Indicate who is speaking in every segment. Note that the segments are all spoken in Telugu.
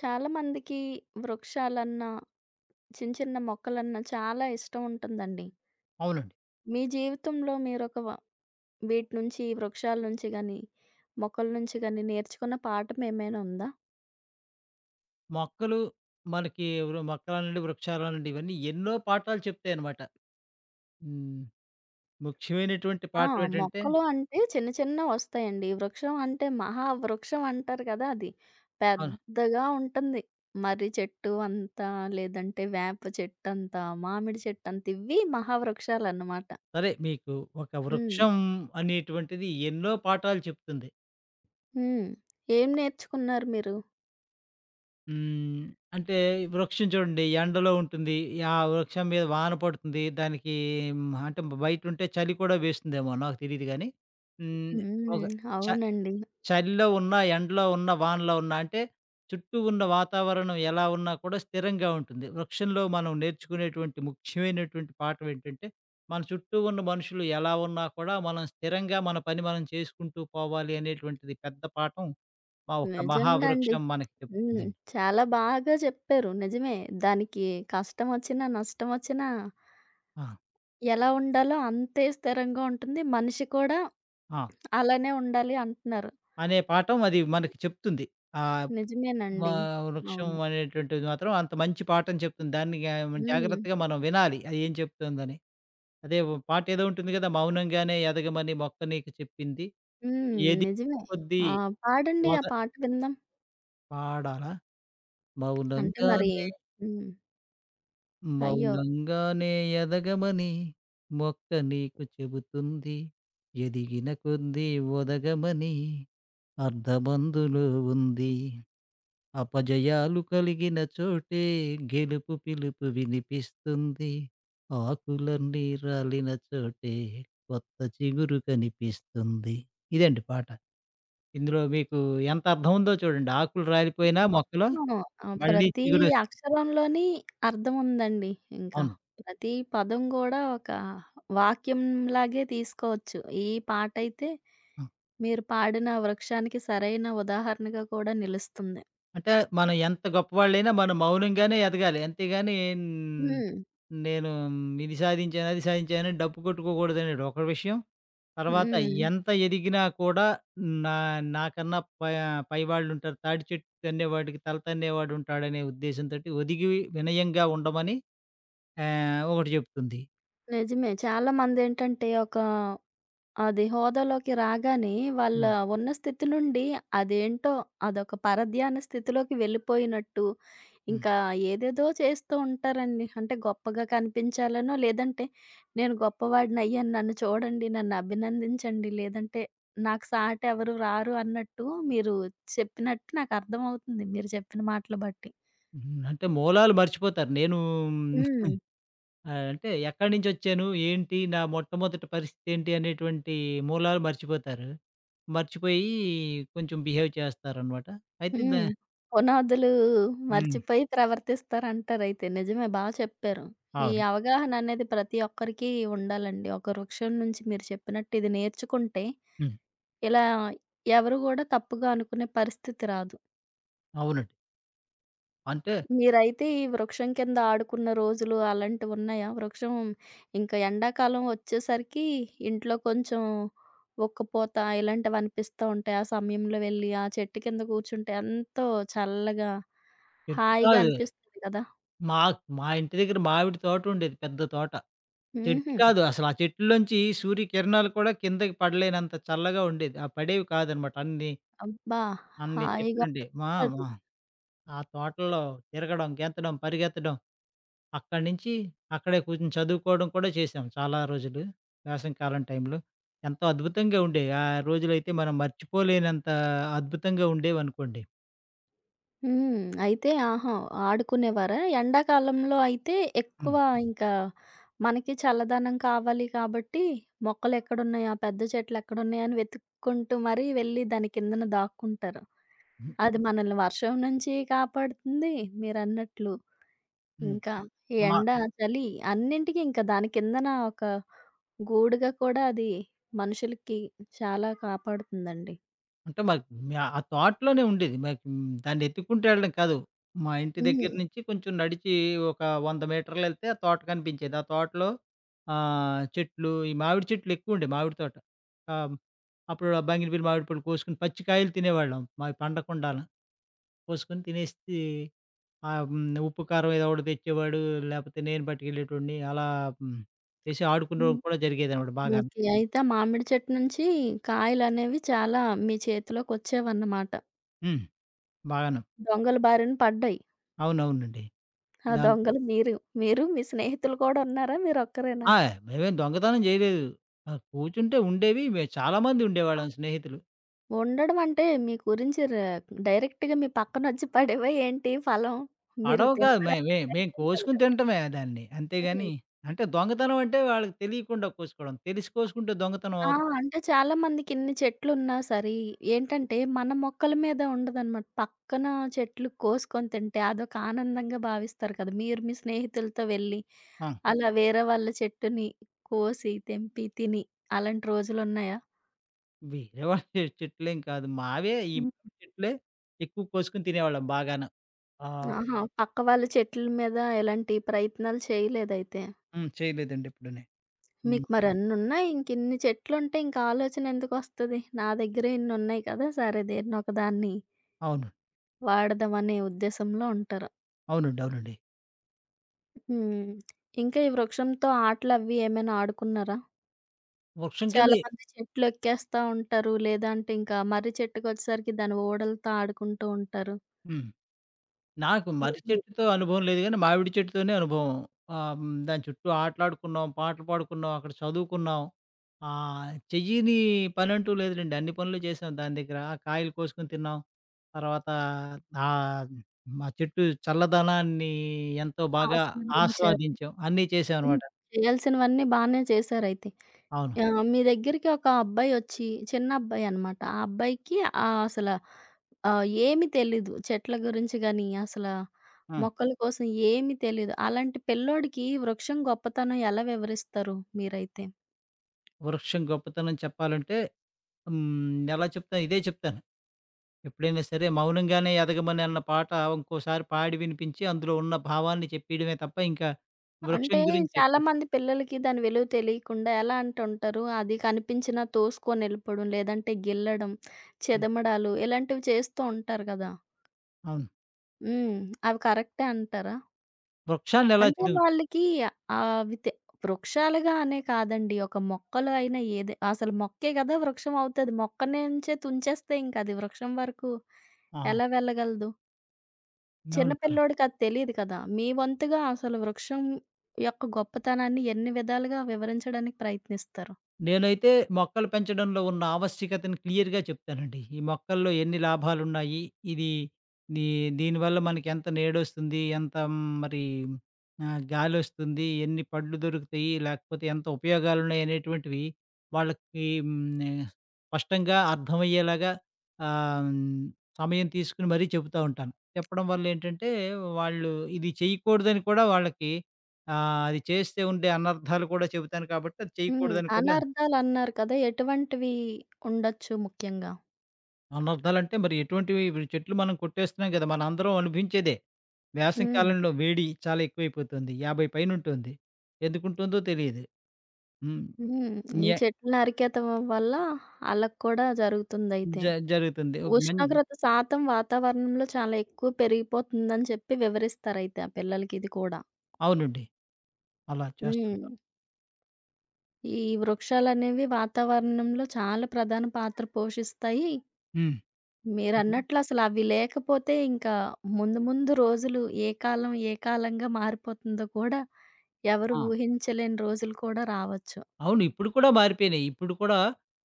Speaker 1: చాలా మందికి వృక్షాలన్నా, చిన్న చిన్న మొక్కలన్నా చాలా ఇష్టం ఉంటుందండి.
Speaker 2: అవునండి.
Speaker 1: మీ జీవితంలో మీరొక వ వీటి నుంచి వృక్షాల నుంచి గాని, మొక్కల నుంచి గాని నేర్చుకున్న పాఠం ఏమైనా ఉందా?
Speaker 2: మొక్కలు మనకి వృ మొక్కలనండి, వృక్షాలనండి ఇవన్నీ ఎన్నో పాఠాలు చెప్తాయన్నమాట. హ్మ్. ముఖ్యమైనటువంటి
Speaker 1: ఆ!
Speaker 2: పాఠం ఏంటంటే
Speaker 1: మొక్కలు అంటే చిన్న చిన్నవొస్తాయండి. వృక్షం అంటే మహా వృక్షం అంటారు కదా! అది
Speaker 2: అవును.
Speaker 1: పెద్దగా ఉంటుంది. మర్రి చెట్టు అంతా, లేదంటే వేప చెట్టంతా, మామిడి చెట్టంత ఇవి మహావృక్షాలన్నమాట.
Speaker 2: సరే మీకు ఒక
Speaker 1: హ్మ్.
Speaker 2: వృక్షం అనేటువంటిది ఎన్నో పాఠాలు చెప్తుంది.
Speaker 1: హ్మ్. ఏం నేర్చుకున్నారు మీరు?
Speaker 2: హ్మ్. అంటే వృక్షం చూడండి ఎండలో ఉంటుంది. ఆ వృక్షం మీద వాన పడుతుంది. దానికి హ్మ్, అంటే బయటుంటే చలి కూడా వేస్తుందేమో నాకు తెలీదు గానీ. హ్మ్. ఒక
Speaker 1: హ్మ్.
Speaker 2: చ
Speaker 1: అవునండి.
Speaker 2: చలిలో ఉన్నా, ఎండలో ఉన్నా, వానలో ఉన్నా అంటే చుట్టూ ఉన్న వాతావరణం ఎలా ఉన్నా కూడా స్థిరంగా ఉంటుంది. వృక్షంలో మనం నేర్చుకునేటువంటి ముఖ్యమైనటువంటి పాఠం ఏంటంటే, మన చుట్టూ ఉన్న మనుషులు ఎలా ఉన్నా కూడా మనం స్థిరంగా మన పని మనం చేసుకుంటూ పోవాలి అనేటువంటిది పెద్ద పాఠం ఒక
Speaker 1: నిజంగా అండి.
Speaker 2: మహావృక్షం మనకి
Speaker 1: హ్మ్.
Speaker 2: చెప్తుందండి.
Speaker 1: చాలా బాగా చెప్పారు. నిజమే. దానికి కష్టమొచ్చినా, నష్టమొచ్చినా
Speaker 2: ఆ!
Speaker 1: ఎలా ఉండాలో అంతే స్థిరంగా ఉంటుంది. మనిషి కూడా
Speaker 2: ఆ!
Speaker 1: అలానే ఉండాలి అంటున్నారు.
Speaker 2: అనే పాఠం అది మనకి చెప్తుంది. ఆ! వా
Speaker 1: నిజమేనండి.
Speaker 2: వృక్షం
Speaker 1: అవును.
Speaker 2: అనేటువంటిది మాత్రం అంత మంచి పాఠం చెప్తుంది. దాన్ని గా
Speaker 1: హ్మ్.
Speaker 2: జాగ్రత్తగా మనం వినాలి. అది ఏం చెప్తుందని. అదే ఓ పాట ఏదో ఉంటుంది గదా! మౌనంగానే ఎదగమని మొక్క నీకు చెప్పింది.
Speaker 1: హ్మ్.
Speaker 2: ఎదిగిన
Speaker 1: నిజమే.
Speaker 2: కొద్దీ
Speaker 1: ఆ! పాడండి ఆ
Speaker 2: ఓద
Speaker 1: పాట విందాం.
Speaker 2: పాడాలా?
Speaker 1: అంటే మరి
Speaker 2: మౌనంగానే
Speaker 1: హ్మ్. అయ్యో!
Speaker 2: మౌనంగానే ఎదగమని మొక్క నీకు చెబుతుంది. ఎదిగిన కొద్దీ ఒదగమని అర్ధమందులో ఉంది. అపజయాలు కలిగిన చోటే గెలుపు పిలుపు వినిపిస్తుంది. ఆకులన్నీ రాలిన చోటే కొత్త చిగురు కనిపిస్తుంది. ఇదండి పాట. ఇందులో మీకు ఎంత అర్థం ఉందో చూడండి. ఆకులు రాలిపోయినా మొక్కలో
Speaker 1: మొత్తం ఆ!
Speaker 2: మళ్ళీ
Speaker 1: ప్రతి
Speaker 2: చిగురొస్తుంది.
Speaker 1: అక్షరంలోని అర్థం ఉందండి ఇంకా.
Speaker 2: అవును.
Speaker 1: ప్రతి పదం గూడా ఒక వాక్యంలాగే తీసుకోవచ్చు. ఈ పాటైతే
Speaker 2: ఆ!
Speaker 1: మీరు పాడిన వృక్షానికి సరైన ఉదాహరణగా కూడా నిలుస్తుంది.
Speaker 2: అంటే మనం ఎంత గొప్పవాళ్ళైనా మనం మౌనంగానే ఎదగాలి. అంతేగాని న్-
Speaker 1: హ్మ్.
Speaker 2: నేను ఇది సాధించాను, అది సాధించాను అని డప్పు కొట్టుకోకూడదనేది ఒక విషయం. తర్వాత
Speaker 1: హ్మ్.
Speaker 2: ఎంత ఎదిగినా కూడా నా నాకన్నా పై పైవాళ్ళుంటారు. తాటి చెట్టు తన్నేవాడికి తల తన్నేవాడుంటాడనే ఉద్దేశంతోటి ఒదిగి వినయంగా ఉండమని ఒకటి చెప్తుంది.
Speaker 1: నిజమే. చాలా మందేంటంటే ఒక అది హోదాలోకి రాగానే వాళ్ళ
Speaker 2: హ్మ్.
Speaker 1: ఉన్న స్థితి నుండి అదేంటో అదొక పరధ్యాన స్థితిలోకి వెళ్ళిపోయినట్టు,
Speaker 2: హ్మ్.
Speaker 1: ఇంకా ఏదేదో చేస్తూ ఉంటారండి. అంటే గొప్పగా కనిపించాలనో, లేదంటే నేను గొప్పవాడినయ్యాను నన్ను చూడండి, నన్ను అభినందించండి, లేదంటే నాకు సాటి ఎవరు రారు అన్నట్టు మీరు చెప్పినట్టు నాకు అర్థమవుతుంది మీరు చెప్పిన మాటలు బట్టి.
Speaker 2: హ్మ్. అంటే మూలాలు మర్చిపోతారు. నేను
Speaker 1: హ్మ్.
Speaker 2: అంటే ఎక్కడినుంచొచ్చాను, ఏంటి, నా మొట్టమొదటి పరిస్థితేంటి అనేటువంటి మూలాలు మర్చిపోతారు. మర్చిపోయి కొంచెం బిహేవ్ చేస్తారనమాట. అయితే దా
Speaker 1: హ్మ్. పునాదులు
Speaker 2: హ్మ్.
Speaker 1: మర్చిపోయి ప్రవర్తిస్తారంటారైతే. నిజమే బా చెప్పారు. ఈ
Speaker 2: అవును.
Speaker 1: అవగాహన అనేది ప్రతి ఒక్కరికి ఉండాలండి. ఒకరి వృక్షం నుంచి మీరు చెప్పినట్టు ఇది నేర్చుకుంటే
Speaker 2: హ్మ్.
Speaker 1: ఇలా ఎవరు గూడా తప్పుగా అనుకునే పరిస్థితి రాదు.
Speaker 2: అవునండి. అంటే
Speaker 1: మీరైతే ఈ వృక్షం కింద ఆడుకున్న రోజులు అలాంటివున్నాయా? వృక్షం ఇంకా ఎండాకాలం వచ్చేసరికి ఇంట్లో కొంచెం ఉక్కపోత ఇలాంటివనిపిస్తా ఉంటాయి. ఆ సమయంలో వెళ్లి ఆ చెట్టు కింద కూర్చుంటే ఎంతో చల్లగా,
Speaker 2: చెట్టు
Speaker 1: హాయిగా
Speaker 2: కాదు.
Speaker 1: అనిపిస్తుంది కదా!
Speaker 2: మా ఇంటి దగ్గర మామిడి తోటుండేది. పెద్ద తోట. చెట్టు
Speaker 1: హుహు.
Speaker 2: కాదు. అసలు ఆ చెట్లోంచి సూర్యకిరణాలు కూడా కిందకి పడలేనంత చల్లగా ఉండేది. ఆ పడేవి కాదనమాట.
Speaker 1: అబ్బా!
Speaker 2: అన్ని
Speaker 1: హాయిగా
Speaker 2: చెట్లుండేవి. మా
Speaker 1: ఉంటది.
Speaker 2: మా ఆ తోటల్లో తిరగడం, గెంతడం, పరిగెత్తడం, అక్కడి నుంచి అక్కడే కూర్చొని చదువుకోవడం కూడా చేశాం చాలా రోజులు. వేసవికాలం టైంలో. ఎంతో అద్భుతంగా ఉండేవి. ఆ రోజులైతే మనం మర్చిపోలేనంత అద్భుతంగా ఉండేవనుకోండి.
Speaker 1: హ్మ్. అయితే ఆహా! ఆడుకునేవారా? ఎండాకాలంలో అయితే ఎక్కువ
Speaker 2: హ్మ్.
Speaker 1: ఇంకా మనకి చల్లదనం కావాలి కాబట్టి మొక్కలెక్కడున్నాయి, ఆ పెద్ద చెట్లెక్కడున్నాయి అని వెతుక్కుంటూ మరీ వెళ్ళి దాని కిందన దాక్కుంటారు.
Speaker 2: హ్మ్.
Speaker 1: అది మనల్ని వర్షం నుంచి కాపాడుతుంది మీరన్నట్లు.
Speaker 2: హ్మ్.
Speaker 1: ఇంకా ఈ
Speaker 2: మ
Speaker 1: ఎండ, చలి అన్నింటికి ఇంకా దాని కిందన ఒక గూడుగా కూడా అది మనుషులకి చాలా కాపాడుతుందండి.
Speaker 2: అంటే మాకు మ్యా ఆ థాట్‌లోనే ఉండేది. మాకు హ్మ్, దాన్నెత్తుక్కుంటూ వెళ్ళడం కాదు. మా ఇంటి
Speaker 1: హ్మ్.
Speaker 2: దగ్గర నుంచి కొంచెం నడిచి ఒక 100 మీటర్లెళ్తే ఆ తోట కనిపించేది. ఆ తోటలో ఆహ్, చెట్లు ఈ మామిడి చెట్లెక్కువుండేయి మామిడి తోట. ఆహ్, అప్పుడు ఆ బంగినపల్లి మామిడి పళ్ళు కోసుకొని పచ్చికాయలు తినేవాళ్ళం. మావి పండకుండాను. కోసుకొని తినేసి ఉప్పు, కారం ఏదో ఒకటి తెచ్చేవాడు. లేపోతే నేను పట్టుకెళ్ళేటోడిని. అలా హ్మ్, చేసి ఆడుకునడం
Speaker 1: హ్మ్.
Speaker 2: కూడా జరిగేదనమాట బాగాను.
Speaker 1: ఓకే. అయితే ఆ మామిడి చెట్టు నుంచి కాయలనేవి చాలా మీ చేతిలోకొచ్చేవన్నమాట.
Speaker 2: హ్మ్. బాగాను.
Speaker 1: దొంగల బారిన పడ్డాయి.
Speaker 2: అవునవునండి.
Speaker 1: ఆ
Speaker 2: దాన్
Speaker 1: దొంగలు మీరు. మీరు, మీ స్నేహితులు కూడా ఉన్నారా? మీరొక్కరేనా?
Speaker 2: ఆ! మేమేం దొంగతనం జేయలేదు. ఆ! కూర్చుంటే ఉండేవి. చాలామంది ఉండేవాళ్ళం స్నేహితులు.
Speaker 1: ఉండడం అంటే మీ గురించి ర డైరెక్ట్‌గా మీ పక్కనొచ్చి పడేవా ఏంటి ఫలం? మీరు
Speaker 2: పడవ కాదు. మే
Speaker 1: తెంపడానికి
Speaker 2: మే మేము
Speaker 1: ప్రయత్నించాలి
Speaker 2: కోసుకొని
Speaker 1: కదా!
Speaker 2: తినటమే దాన్ని.
Speaker 1: హ్మ్.
Speaker 2: అంతేగాని అంటే దొంగతనం అంటే వాళ్ళకి తెలియకుండా కోసుకోవడం. తెలిసి కోసుకుంటే దొంగతనం
Speaker 1: ఆ!
Speaker 2: అవ్వదు.
Speaker 1: అంటే చాలా మందికిన్ని చెట్లున్నా సరే, ఏంటంటే మన మొక్కల మీద ఉండదనమాట. పక్కన చెట్లు కోసుకొని తింటే అదొక ఆనందంగా భావిస్తారు కదా! మీరు మీ స్నేహితులతో వెళ్ళి,
Speaker 2: ఆ!
Speaker 1: అలా వేరే వాళ్ళ చెట్టుని కోసి, తెంపి, తిని అలాంటి రోజులున్నాయా?
Speaker 2: వేరే వాళ్ళ చెట్లేం కాదు. మావే ఈ
Speaker 1: హ్మ్.
Speaker 2: మామిడి చెట్లే ఎక్కువ కోసుకొని తినేవాళ్ళం బాగాను. ఆ!
Speaker 1: ఆహా! పక్క వాళ్ళ చెట్ల మీద ఎలాంటి ప్రయత్నాలు చేయలేదైతే.
Speaker 2: హ్మ్. చేయలేదండి ఎప్పుడూని. హ్మ్.
Speaker 1: మీకు మరన్నున్నాయి. ఇంకిన్ని చెట్లుంటే ఇంక ఆలోచన ఎందుకొస్తది? నా దగ్గరే ఇన్నున్నాయి కదా! సరే దేన్నొక దాన్ని
Speaker 2: అవును.
Speaker 1: వాడదాం అనే ఉద్దేశంలో ఉంటారు.
Speaker 2: అవునండి. అవునండి.
Speaker 1: హ్మ్. ఇంకా ఈ వృక్షంతో ఆటలవి ఏమైనా ఆడుకున్నారా?
Speaker 2: వృక్షం కింద
Speaker 1: చాలామంది చెట్లు ఎక్కేస్తా ఉంటారు. లేదంటే ఇంకా మర్రి చెట్టుకొచ్చేసరికి దాని ఊడలతో ఆడుకుంటూ ఉంటారు.
Speaker 2: హ్మ్. నాకు
Speaker 1: అలా
Speaker 2: మర్రి
Speaker 1: మీరు
Speaker 2: చెట్టుతో అనుభవం లేదు గానీ, మామిడి చెట్టుతోనే అనుభవం. ఆహ్, హ్మ్. దాని చుట్టూ ఆటలాడుకున్నాం, పాటలు పాడుకున్నాం, అక్కడ చదువుకున్నాం. చెయ్యని పనంటూ లేదులెండి. అన్ని పనులు చేసాం దాని దగ్గర. ఆ కాయలు కోసుకొని తిన్నాం. తర్వాత ఆహ్, మా చెట్టు చల్లదనాన్ని ఎంతో బాగా
Speaker 1: ఆస్వాదించారు.
Speaker 2: ఆస్వాదించాం. అన్నీ
Speaker 1: హ్మ్.
Speaker 2: చేశామనమాట.
Speaker 1: చేయాల్సినవన్నీ బానే చేశారైతే.
Speaker 2: అవును.
Speaker 1: ఆహ్, మీ దగ్గరికి ఒక అబ్బాయొచ్చి చిన్న అబ్బాయనమాట. ఆ అబ్బాయికి ఆహ్, అసల ఆహ్, ఏమి తెలీదు. చెట్ల గురించి గాని, అసల
Speaker 2: ఆ!
Speaker 1: మొక్కల కోసం ఏమి తెలీదు. అలాంటి పిల్లోడికి వృక్షం గొప్పతనం ఎలా వివరిస్తారు మీరైతే?
Speaker 2: వృక్షం గొప్పతనం చెప్పాలంటే హ్మ్. ఎలా చెప్తాను? ఇదే చెప్తాను. ఎప్పుడైనా సరే 'మౌనంగానే ఎదగమని' అన్న పాట ఇంకోసారి పాడి వినిపించి, అందులో ఉన్న భావాన్ని చెప్పియడమే తప్ప ఇంకా
Speaker 1: అంటే
Speaker 2: వృక్షం గురించి చెప్పారు.
Speaker 1: చాలామంది పిల్లలకి దాని విలువ తెలియకుండా ఎలా అంటుంటారు, అది కనిపించినా తోసుకొని ఎళ్ళిపోవడం, లేదంటే గిల్లడం,
Speaker 2: హ్మ్.
Speaker 1: చెదమడాలు ఇలాంటివి చేస్తూ ఉంటారు గదా!
Speaker 2: అవును.
Speaker 1: హ్మ్. అవి కరెక్టే అంటారా?
Speaker 2: వృక్షాన్ని ఎలా
Speaker 1: అంటే
Speaker 2: చదువుతారు?
Speaker 1: వాళ్ళకి ఆ- అవి తె వృక్షాలుగా అనే కాదండి. ఒక మొక్కలో అయినా ఏదే అసలు మొక్కే గదా! వృక్షం అవుతది. మొక్క నుంచే తుంచేస్తే ఇంక అది వృక్షం వరకు
Speaker 2: ఆహా!
Speaker 1: ఎలా వెళ్ళగలదు? చిన్న
Speaker 2: అవును. కరెక్ట్.
Speaker 1: పిల్లోడికది తెలీదు కదా! మీ వంతుగా అసలు వృక్షం యొక్క గొప్పతనాన్ని ఎన్ని విధాలుగా వివరించడానికి ప్రయత్నిస్తారు?
Speaker 2: నేనైతే మొక్కలు పెంచడంలో ఉన్న ఆవశ్యకతను క్లియర్‌గా చెప్తానండి. ఈ మొక్కల్లో ఎన్ని లాభాలున్నాయి? ఇది దీ దీనివల్ల మనకెంత నీడొస్తుంది? ఎంత మరి గాలొస్తుంది? ఎన్ని పళ్ళు దొరుకుతాయి? లేకపోతే ఎంత ఉపయోగాలున్నాయి? అనేటువంటివి వాళ్ళకి హ్మ్. స్పష్టంగా అర్థమయ్యేలాగా ఆహ్, హ్మ్. సమయం తీసుకొని మరీ చెబుతా ఉంటాను. చెప్పడం వల్లేంటంటే వాళ్ళు ఇది చేయకూడదని కూడా వాళ్ళకి అది చేస్తే ఉండే అనర్థాలు కూడా చెబుతాను కాబట్టి అది
Speaker 1: హ్మ్.
Speaker 2: చేయకూడదని కూడా
Speaker 1: అనార్థాలన్నారు కదా! ఎటువంటివి ఉండొచ్చు ముఖ్యంగా?
Speaker 2: అనర్థాలంటే మరి ఎటువంటివి? ఇప్పుడు చెట్లు మనం కొట్టేస్తున్నాం కదా! మనందరం అనుభవించేదే. వేసవి
Speaker 1: హ్మ్.
Speaker 2: కాలంలో వేడి చాలా ఎక్కువైపోతుంది. 50 పైనుంటుంది. ఎందుకుంటుందో తెలియదు. హ్మ్.
Speaker 1: హ్మ్. ఈ
Speaker 2: న్య
Speaker 1: చెట్లు నరికేయటం వల్ల ఆళ్ళకి కూడా జరుగుతుందయితే.
Speaker 2: జ జరుగుతుంది. ఒక మన్
Speaker 1: ఉష్ణోగ్రత శాతం వాతావరణంలో చాలా ఎక్కువ పెరిగిపోతుందని చెప్పి వివరిస్తారయితే ఆ పిల్లలకి ఇది కూడా.
Speaker 2: అవునండి. అలా
Speaker 1: హ్మ్.
Speaker 2: చేస్తుంటాం.
Speaker 1: ఈ వృక్షాలనేవి వాతావరణంలో చాలా ప్రధాన పాత్ర పోషిస్తాయి.
Speaker 2: హ్మ్. ఇది
Speaker 1: మీరన్నట్లు అసలవి లేకపోతే ఇంకా ముందు ముందు రోజులు ఏ కాలం ఏ కాలంగా మారిపోతుందో కూడా ఎవరు
Speaker 2: ఆ!
Speaker 1: ఊహించలేని రోజులు కూడా రావచ్చు.
Speaker 2: అవును. ఇప్పుడు కూడా మారిపోయినాయి. ఇప్పుడు కూడా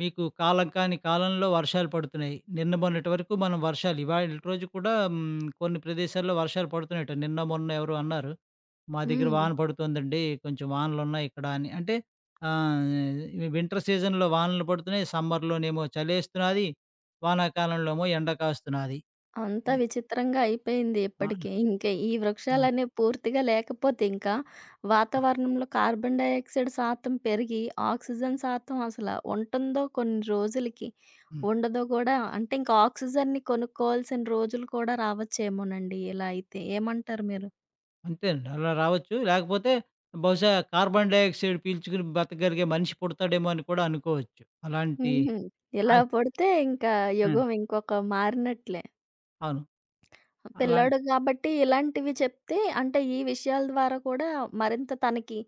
Speaker 2: మీకు కాలం కాని కాలంలో వర్షాలు పడుతున్నాయి. నిన్న మొన్నటి వరకు మనం వర్షాలు ఇవాళటి రోజు కూడా హ్మ్, కొన్ని ప్రదేశాల్లో వర్షాలు పడుతున్నట్టు. నిన్న మొన్న ఎవరో అన్నారు. మా దగ్గర
Speaker 1: హ్మ్.
Speaker 2: వాన పడుతుందండి. కొంచెం వానలున్నాయి ఇక్కడ అని. అంటే ఆహ్, వింటర్ సీజన్‌లో వానలు పడుతున్నాయి. సమ్మర్‌లోనేమో చలేస్తున్నాది. వానాకాలంలోమో ఎండ కాస్తున్నది.
Speaker 1: అంత
Speaker 2: ఎ
Speaker 1: విచిత్రంగా అయిపోయింది
Speaker 2: ఆ!
Speaker 1: ఇప్పటికి. ఇంక ఈ
Speaker 2: ఆ!
Speaker 1: వృక్షాలనేవి పూర్తిగా లేకపోతే ఇంకా
Speaker 2: ఆ!
Speaker 1: వాతావరణంలో కార్బన్ డయాక్సైడ్ శాతం పెరిగి ఆక్సిజన్ శాతం అసల ఉంటుందో కొన్ని రోజులకి,
Speaker 2: హ్మ్.
Speaker 1: ఉండదో గూడా అంటే ఇంకా ఆక్సిజన్‌ని కొనుక్కోవాల్సిన రోజులు కూడా రావచ్చేమోనండి ఇలా అయితే. ఏమంటారు మీరు?
Speaker 2: అంతేనండి. అలా రావచ్చు. లేకపోతే బహుశా కార్బన్ డయాక్సైడ్ పీల్చుకుని బ్రతకగలిగే మనిషి పుడతాడేమో అని కూడా అనుకోవచ్చు. అలాంటి
Speaker 1: హుహు. ఇలా
Speaker 2: ఆహ్,
Speaker 1: పుడితే ఇంకా
Speaker 2: ఆ!
Speaker 1: యుగం ఇంకొక మారినట్లే.
Speaker 2: అవును.
Speaker 1: పిల్లోడు
Speaker 2: అలాంటి
Speaker 1: గాబట్టి ఇలాంటివి చెప్తే అంటే ఈ విషయాల ద్వారా కూడా మరింత తనకి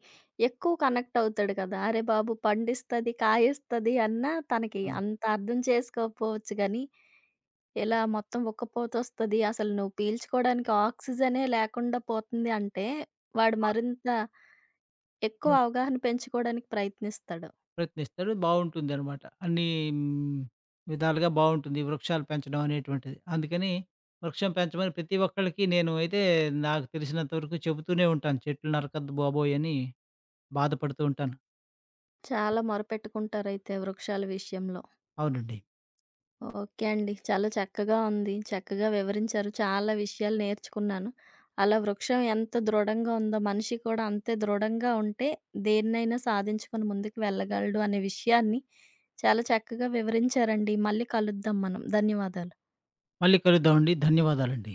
Speaker 1: ఎక్కువ కనెక్ట్ అవుతాడు కదా! అరే బాబు! పండిస్తది, కాయిస్తది అన్నా తనకి
Speaker 2: హ్మ్.
Speaker 1: అంత అర్థం చేసుకోకపోవచ్చు గానీ, ఇలా మొత్తం ఉక్కపోతొస్తది. అసలు నువ్వు పీల్చుకోవడానికి ఆక్సిజనే లేకుండా పోతుంది అంటే, వాడు
Speaker 2: ఆ!
Speaker 1: మరింత ఎక్కువ
Speaker 2: హ్మ్.
Speaker 1: అవగాహన పెంచుకోవడానికి ప్రయత్నిస్తాడు.
Speaker 2: ప్రయత్నిస్తాడు. బావుంటుందనమాట. అన్నీ హ్మ్, విధాలుగా బావుంటుంది. వృక్షాలు పెంచడం అనేటువంటిది. అందుకని వృక్షం పెంచమని ప్రతి ఒక్కళ్ళకి నేను అయితే నాకు తెలిసినంత వరకు చెబుతూనే ఉంటాను. చెట్లు నరకొద్దు బాబోయ్! అని బాధపడుతూ ఉంటాను.
Speaker 1: చాలా మొరపెట్టుకుంటారైతే వృక్షాల విషయంలో.
Speaker 2: అవునండి.
Speaker 1: ఓకే అండి. చాలా చక్కగా ఉంది. చక్కగా వివరించారు. చాలా విషయాలు నేర్చుకున్నాను. అలా వృక్షం ఎంత దృఢంగా ఉందో మనిషి కూడా అంతే దృఢంగా ఉంటే దేన్నైనా సాధించుకొని ముందుకు వెళ్ళగలడు అనే విషయాన్ని చాలా చక్కగా వివరించారండి. మళ్ళీ కలుద్దాం మనం. ధన్యవాదాలు.
Speaker 2: మళ్ళీ కలుద్దామండి. ధన్యవాదాలండి.